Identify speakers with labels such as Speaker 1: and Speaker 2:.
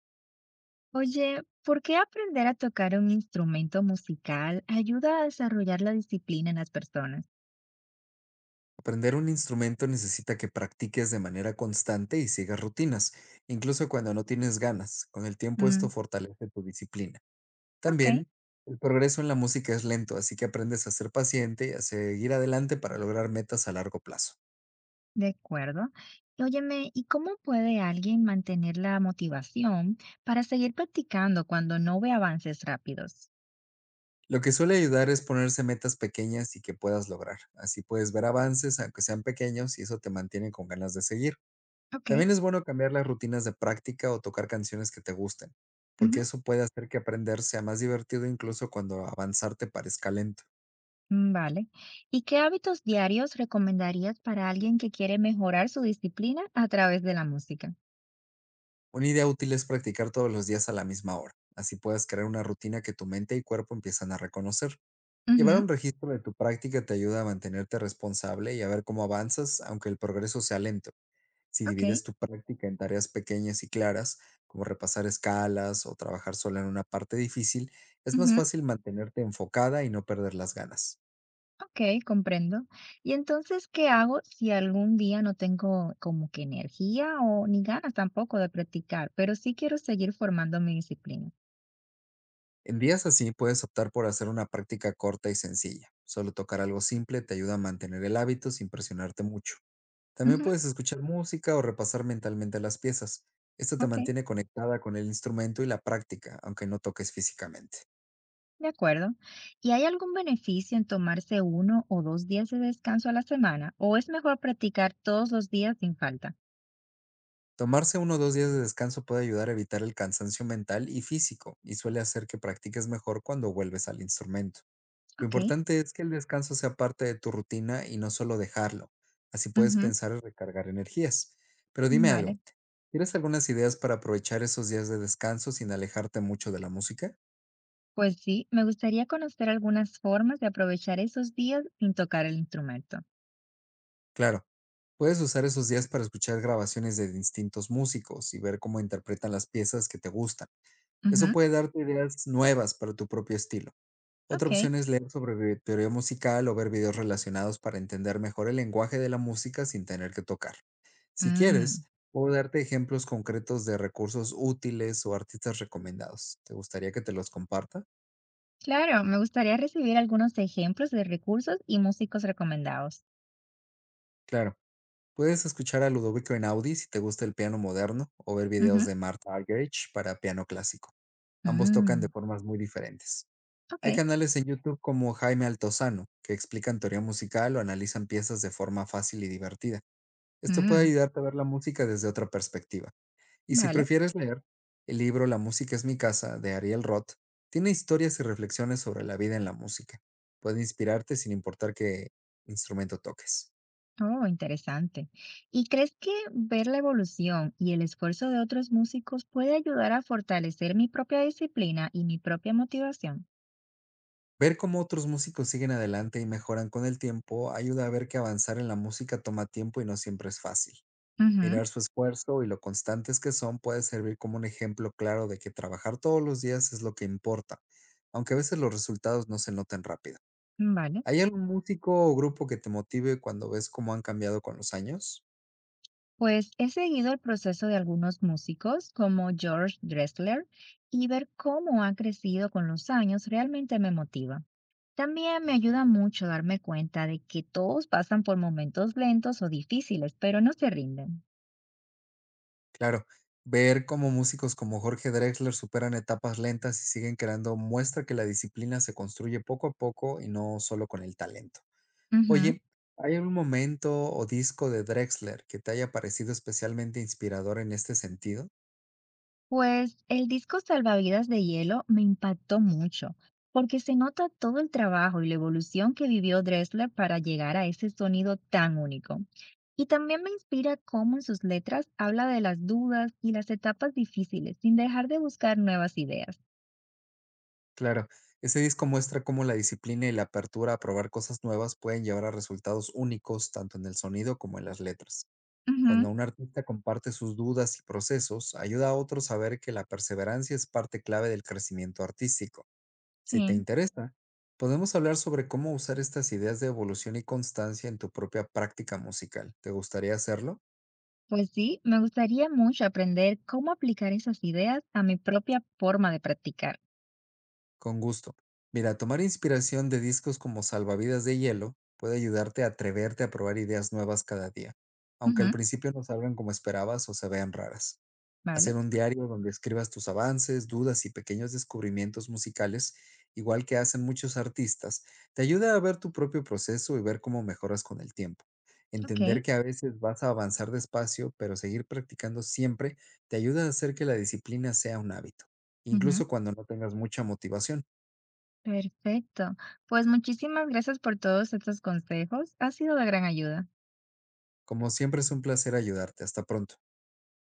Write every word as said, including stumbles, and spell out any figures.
Speaker 1: Oye, ¿por qué aprender a tocar un instrumento musical ayuda a desarrollar la disciplina en las personas?
Speaker 2: Aprender un instrumento necesita que practiques de manera constante y sigas rutinas, incluso cuando no tienes ganas. Con el tiempo esto
Speaker 1: Mm,
Speaker 2: fortalece tu disciplina.
Speaker 1: ok,
Speaker 2: También, el progreso en la música es lento, así que aprendes a ser paciente y a seguir adelante para lograr metas a largo plazo.
Speaker 1: de acuerdo. Y óyeme, ¿y cómo puede alguien mantener la motivación para seguir practicando cuando no ve avances rápidos?
Speaker 2: Lo que suele ayudar es ponerse metas pequeñas y que puedas lograr. Así puedes ver avances, aunque sean pequeños, y eso te mantiene con ganas de seguir.
Speaker 1: Ok,
Speaker 2: También es bueno cambiar las rutinas de práctica o tocar canciones que te gusten, porque
Speaker 1: ujú,
Speaker 2: eso puede hacer que aprender sea más divertido incluso cuando avanzar te parezca lento.
Speaker 1: mm, vale. ¿Y qué hábitos diarios recomendarías para alguien que quiere mejorar su disciplina a través de la música?
Speaker 2: Una idea útil es practicar todos los días a la misma hora. Así puedes crear una rutina que tu mente y cuerpo empiezan a reconocer. Llevar
Speaker 1: Ujú,
Speaker 2: un registro de tu práctica te ayuda a mantenerte responsable y a ver cómo avanzas, aunque el progreso sea lento. Si
Speaker 1: ok,
Speaker 2: divides tu práctica en tareas pequeñas y claras, como repasar escalas o trabajar sola en una parte difícil, es más
Speaker 1: ujú.
Speaker 2: fácil mantenerte enfocada y no perder las ganas.
Speaker 1: Okey, comprendo. Y entonces, ¿qué hago si algún día no tengo como que energía o ni ganas tampoco de practicar, pero sí quiero seguir formando mi disciplina?
Speaker 2: En días así puedes optar por hacer una práctica corta y sencilla. Solo tocar algo simple te ayuda a mantener el hábito sin presionarte mucho. También
Speaker 1: Ujú,
Speaker 2: puedes escuchar música o repasar mentalmente las piezas. Esto te
Speaker 1: okey,
Speaker 2: mantiene conectada con el instrumento y la práctica, aunque no toques físicamente.
Speaker 1: de acuerdo. ¿Y hay algún beneficio en tomarse uno o dos días de descanso a la semana, o es mejor practicar todos los días sin falta?
Speaker 2: Tomarse uno o dos días de descanso puede ayudar a evitar el cansancio mental y físico, y suele hacer que practiques mejor cuando vuelves al instrumento. Lo
Speaker 1: Okey,
Speaker 2: importante es que el descanso sea parte de tu rutina y no solo dejarlo. Así puedes
Speaker 1: ujú,
Speaker 2: pensar en recargar energías. Pero dime algo,
Speaker 1: vale.
Speaker 2: ¿tienes algunas ideas para aprovechar esos días de descanso sin alejarte mucho de la música?
Speaker 1: Pues sí, me gustaría conocer algunas formas de aprovechar esos días sin tocar el instrumento.
Speaker 2: Claro, puedes usar esos días para escuchar grabaciones de distintos músicos y ver cómo interpretan las piezas que te gustan. Eso
Speaker 1: Ujú,
Speaker 2: puede darte ideas nuevas para tu propio estilo. Otra
Speaker 1: okey,
Speaker 2: opción es leer sobre vi- teoría musical o ver videos relacionados para entender mejor el lenguaje de la música sin tener que tocar. Si quieres,
Speaker 1: mm.
Speaker 2: puedo darte ejemplos concretos de recursos útiles o artistas recomendados. ¿Te gustaría que te los comparta?
Speaker 1: Claro, me gustaría recibir algunos ejemplos de recursos y músicos recomendados.
Speaker 2: Claro, puedes escuchar a Ludovico Einaudi si te gusta el piano moderno o ver videos
Speaker 1: Ujú.
Speaker 2: de Martha Argerich para piano clásico. Ambos tocan de
Speaker 1: Mm,
Speaker 2: formas muy diferentes.
Speaker 1: ok,
Speaker 2: Hay canales en YouTube como Jaime Altozano que explican teoría musical o analizan piezas de forma fácil y divertida. Esto puede
Speaker 1: mm,
Speaker 2: ayudarte a ver la música desde otra perspectiva. Y si
Speaker 1: vale.
Speaker 2: prefieres leer, el libro La música es mi casa, de Ariel Roth, tiene historias y reflexiones sobre la vida en la música. Puede inspirarte sin importar qué instrumento toques.
Speaker 1: Oh, interesante. ¿Y crees que ver la evolución y el esfuerzo de otros músicos puede ayudar a fortalecer mi propia disciplina y mi propia motivación?
Speaker 2: Ver cómo otros músicos siguen adelante y mejoran con el tiempo ayuda a ver que avanzar en la música toma tiempo y no siempre es fácil.
Speaker 1: Ujú,
Speaker 2: Mirar su esfuerzo y lo constantes que son puede servir como un ejemplo claro de que trabajar todos los días es lo que importa, aunque a veces los resultados no se noten rápido.
Speaker 1: vale.
Speaker 2: ¿Hay algún músico o grupo que te motive cuando ves cómo han cambiado con los años?
Speaker 1: Pues he seguido el proceso de algunos músicos como George Dressler y ver cómo ha crecido con los años realmente me motiva. También me ayuda mucho darme cuenta de que todos pasan por momentos lentos o difíciles, pero no se rinden.
Speaker 2: Claro, ver cómo músicos como Jorge Drexler superan etapas lentas y siguen creando muestra que la disciplina se construye poco a poco y no solo con el talento.
Speaker 1: Ujú.
Speaker 2: Oye, ¿hay algún momento o disco de Drexler que te haya parecido especialmente inspirador en este sentido?
Speaker 1: Pues el disco Salvavidas de Hielo me impactó mucho, porque se nota todo el trabajo y la evolución que vivió Dressler para llegar a ese sonido tan único. Y también me inspira cómo en sus letras habla de las dudas y las etapas difíciles, sin dejar de buscar nuevas ideas.
Speaker 2: Claro, ese disco muestra cómo la disciplina y la apertura a probar cosas nuevas pueden llevar a resultados únicos tanto en el sonido como en las letras.
Speaker 1: Ujú,
Speaker 2: Cuando un artista comparte sus dudas y procesos, ayuda a otros a ver que la perseverancia es parte clave del crecimiento artístico. Si te
Speaker 1: sí.
Speaker 2: interesa, podemos hablar sobre cómo usar estas ideas de evolución y constancia en tu propia práctica musical. ¿Te gustaría hacerlo?
Speaker 1: Pues sí, me gustaría mucho aprender cómo aplicar esas ideas a mi propia forma de practicar.
Speaker 2: Con gusto. Mira, tomar inspiración de discos como Salvavidas de Hielo puede ayudarte a atreverte a probar ideas nuevas cada día, aunque al
Speaker 1: Ujú,
Speaker 2: principio no salgan como esperabas o se vean raras.
Speaker 1: vale,
Speaker 2: Hacer un diario donde escribas tus avances, dudas y pequeños descubrimientos musicales, igual que hacen muchos artistas, te ayuda a ver tu propio proceso y ver cómo mejoras con el tiempo.
Speaker 1: ok,
Speaker 2: Entender que a veces vas a avanzar despacio, pero seguir practicando siempre te ayuda a hacer que la disciplina sea un hábito,
Speaker 1: ujú,
Speaker 2: incluso cuando no tengas mucha motivación.
Speaker 1: perfecto. Pues muchísimas gracias por todos estos consejos. Ha sido de gran ayuda.
Speaker 2: Como siempre es un placer ayudarte. Hasta pronto.